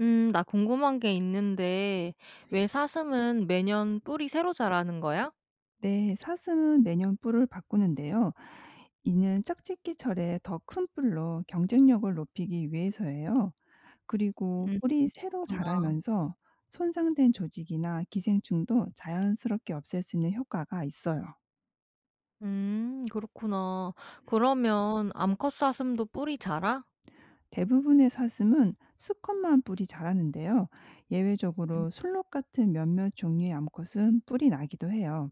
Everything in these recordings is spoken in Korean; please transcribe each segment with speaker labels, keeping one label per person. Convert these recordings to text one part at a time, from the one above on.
Speaker 1: 나 궁금한 게 있는데, 왜 사슴은 매년 뿔이 새로 자라는 거야?
Speaker 2: 네, 사슴은 매년 뿔을 바꾸는데요. 이는 짝짓기철에 더 큰 뿔로 경쟁력을 높이기 위해서예요. 그리고
Speaker 1: 음,
Speaker 2: 뿔이 새로
Speaker 1: 그렇구나.
Speaker 2: 자라면서 손상된 조직이나 기생충도 자연스럽게 없앨 수 있는 효과가 있어요.
Speaker 1: 그렇구나. 그러면 암컷 사슴도 뿔이 자라?
Speaker 2: 대부분의 사슴은 수컷만 뿔이 자라는데요.
Speaker 1: 음,
Speaker 2: 예외적으로 술록 같은 몇몇 종류의 암컷은 뿔이 나기도 해요.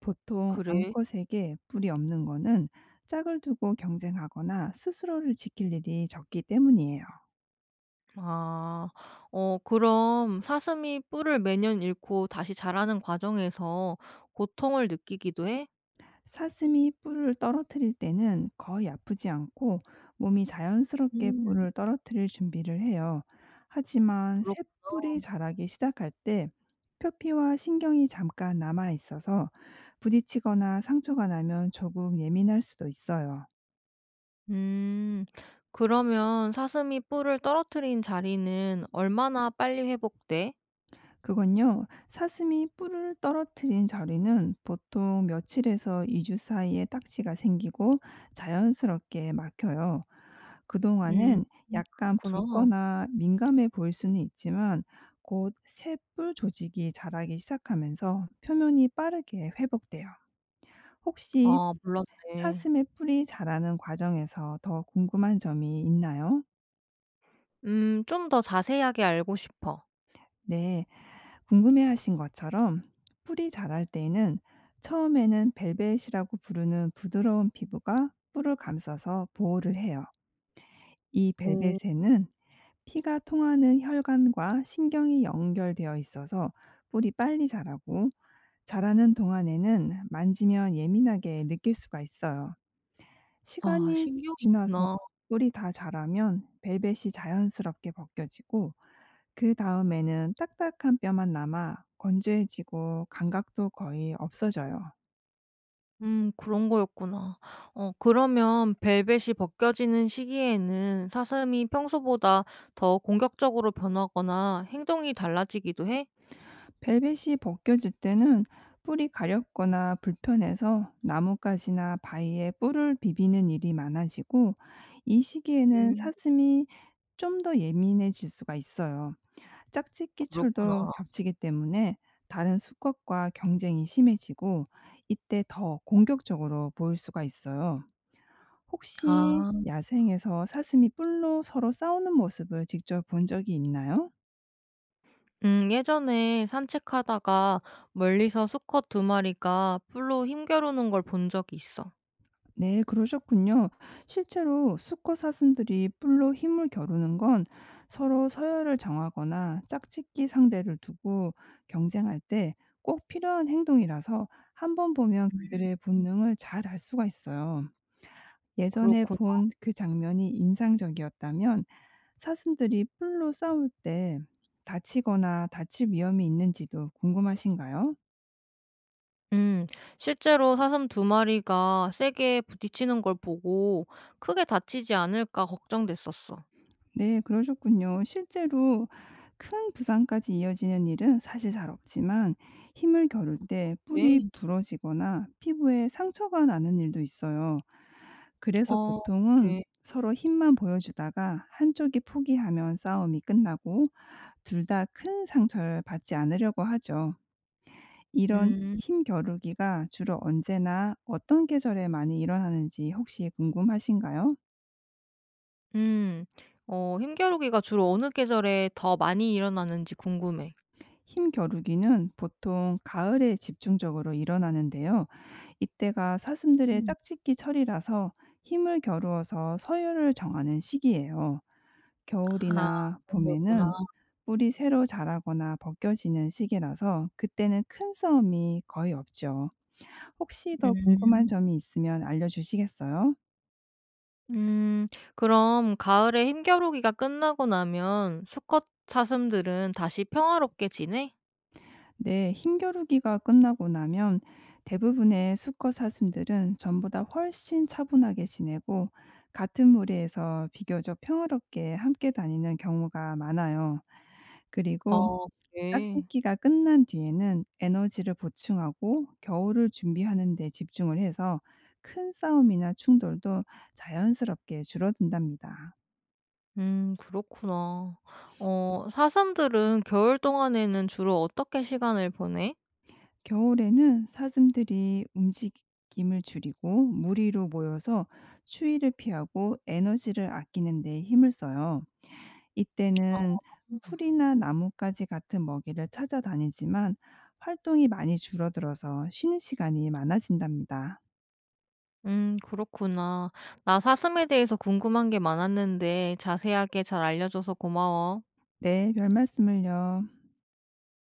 Speaker 2: 보통
Speaker 1: 그래.
Speaker 2: 암컷에게 뿔이 없는 거는 짝을 두고 경쟁하거나 스스로를 지킬 일이 적기 때문이에요.
Speaker 1: 아, 어, 그럼 사슴이 뿔을 매년 잃고 다시 자라는 과정에서 고통을 느끼기도 해?
Speaker 2: 사슴이 뿔을 떨어뜨릴 때는 거의 아프지 않고, 몸이 자연스럽게
Speaker 1: 음,
Speaker 2: 뿔을 떨어뜨릴 준비를 해요. 하지만 새
Speaker 1: 그렇구나.
Speaker 2: 뿔이 자라기 시작할 때 표피와 신경이 잠깐 남아 있어서, 부딪히거나 상처가 나면 조금 예민할 수도 있어요.
Speaker 1: 음, 그러면 사슴이 뿔을 떨어뜨린 자리는 얼마나 빨리 회복돼?
Speaker 2: 그건요, 사슴이 뿔을 떨어뜨린 자리는 보통 며칠에서 2주 사이에 딱지가 생기고 자연스럽게 막혀요.
Speaker 1: 음,
Speaker 2: 그동안엔 약간
Speaker 1: 그렇구나.
Speaker 2: 붉거나 민감해 보일 수는 있지만, 곧 새뿔 조직이 자라기 시작하면서 표면이 빠르게 회복돼요. 혹시
Speaker 1: 아 몰랐네.
Speaker 2: 사슴의 뿔이 자라는 과정에서 더 궁금한 점이 있나요?
Speaker 1: 좀 더 자세하게 알고 싶어.
Speaker 2: 네, 궁금해하신 것처럼 뿌리 자랄 때에는, 처음에는 벨벳이라고 부르는 부드러운 피부가 뿔을 감싸서 보호를 해요. 이
Speaker 1: 오.
Speaker 2: 벨벳에는 피가 통하는 혈관과 신경이 연결되어 있어서 뿔이 빨리 자라고, 자라는 동안에는 만지면 예민하게 느낄 수가 있어요.
Speaker 1: 아
Speaker 2: 시간이 지나서
Speaker 1: 신기록이구나.
Speaker 2: 뿔이 다 자라면 벨벳이 자연스럽게 벗겨지고, 그 다음에는 딱딱한 뼈만 남아 건조해지고 감각도 거의 없어져요.
Speaker 1: 그런 거였구나. 어 그러면 벨벳이 벗겨지는 시기에는 사슴이 평소보다 더 공격적으로 변하거나 행동이 달라지기도 해?
Speaker 2: 벨벳이 벗겨질 때는 뿔이 가렵거나 불편해서 나뭇가지나 바위에 뿔을 비비는 일이 많아지고, 이 시기에는
Speaker 1: 음.
Speaker 2: 사슴이 좀 더 예민해질 수가 있어요. 짝짓기
Speaker 1: 그렇구나.
Speaker 2: 철도 겹치기 때문에 다른 수컷과 경쟁이 심해지고, 이때 더 공격적으로 보일 수가 있어요. 혹시
Speaker 1: 아.
Speaker 2: 야생에서 사슴이 뿔로 서로 싸우는 모습을 직접 본 적이 있나요?
Speaker 1: 예전에 산책하다가 멀리서 수컷 두 마리가 풀로 힘겨루는 걸 본 적이 있어.
Speaker 2: 네, 그러셨군요. 실제로 수컷 사슴들이 뿔로 힘을 겨루는 건 서로 서열을 정하거나 짝짓기 상대를 두고 경쟁할 때 꼭 필요한 행동이라서, 한 번 보면
Speaker 1: 음.
Speaker 2: 그들의 본능을 잘 알 수가 있어요. 예전에
Speaker 1: 그렇구
Speaker 2: 본 그 장면이 인상적이었다면, 사슴들이 풀로 싸울 때 다치거나 다칠 위험이 있는지도 궁금하신가요?
Speaker 1: 음, 실제로 사슴 두 마리가 세게 부딪히는 걸 보고 크게 다치지 않을까 걱정됐었어.
Speaker 2: 네, 그러셨군요. 실제로 큰 부상까지 이어지는 일은 사실 잘 없지만, 힘을 겨룰 때 뿔이
Speaker 1: 그래?
Speaker 2: 부러지거나 피부에 상처가 나는 일도 있어요. 그래서
Speaker 1: 어,
Speaker 2: 보통은
Speaker 1: 그래.
Speaker 2: 서로 힘만 보여주다가 한쪽이 포기하면 싸움이 끝나고, 둘 다 큰 상처를 받지 않으려고 하죠. 이런
Speaker 1: 음,
Speaker 2: 힘 겨루기가 주로 언제나 어떤 계절에 많이 일어나는지 혹시 궁금하신가요?
Speaker 1: 음, 어, 힘겨루기가 주로 어느 계절에 더 많이 일어나는지 궁금해.
Speaker 2: 힘 겨루기는 보통 가을에 집중적으로 일어나는데요. 이때가 사슴들의
Speaker 1: 음.
Speaker 2: 짝짓기 철이라서 힘을 겨루어서 서열을 정하는 시기예요.
Speaker 1: 아,
Speaker 2: 겨울이나
Speaker 1: 그런 거였구나.
Speaker 2: 봄에는 뿔이 새로 자라거나 벗겨지는 시기라서, 그때는 큰 싸움이 거의 없죠. 혹시 더 궁금한
Speaker 1: 음,
Speaker 2: 점이 있으면 알려주시겠어요?
Speaker 1: 음, 그럼 가을에 힘겨루기가 끝나고 나면 수컷 사슴들은 다시 평화롭게 지내?
Speaker 2: 네, 힘겨루기가 끝나고 나면 대부분의 수컷 사슴들은 전보다 훨씬 차분하게 지내고, 같은 무리에서 비교적 평화롭게 함께 다니는 경우가 많아요. 그리고
Speaker 1: 어, 그래.
Speaker 2: 짝짓기가 끝난 뒤에는 에너지를 보충하고 겨울을 준비하는 데 집중을 해서, 큰 싸움이나 충돌도 자연스럽게 줄어든답니다.
Speaker 1: 그렇구나. 어 사슴들은 겨울 동안에는 주로 어떻게 시간을 보내?
Speaker 2: 겨울에는 사슴들이 움직임을 줄이고 무리로 모여서 추위를 피하고 에너지를 아끼는 데 힘을 써요.
Speaker 1: 어
Speaker 2: 이때는 풀이나 나뭇가지 같은 먹이를 찾아다니지만, 활동이 많이 줄어들어서 쉬는 시간이 많아진답니다.
Speaker 1: 그렇구나. 나 사슴에 대해서 궁금한 게 많았는데 자세하게 잘 알려줘서 고마워.
Speaker 2: 네, 별 말씀을요.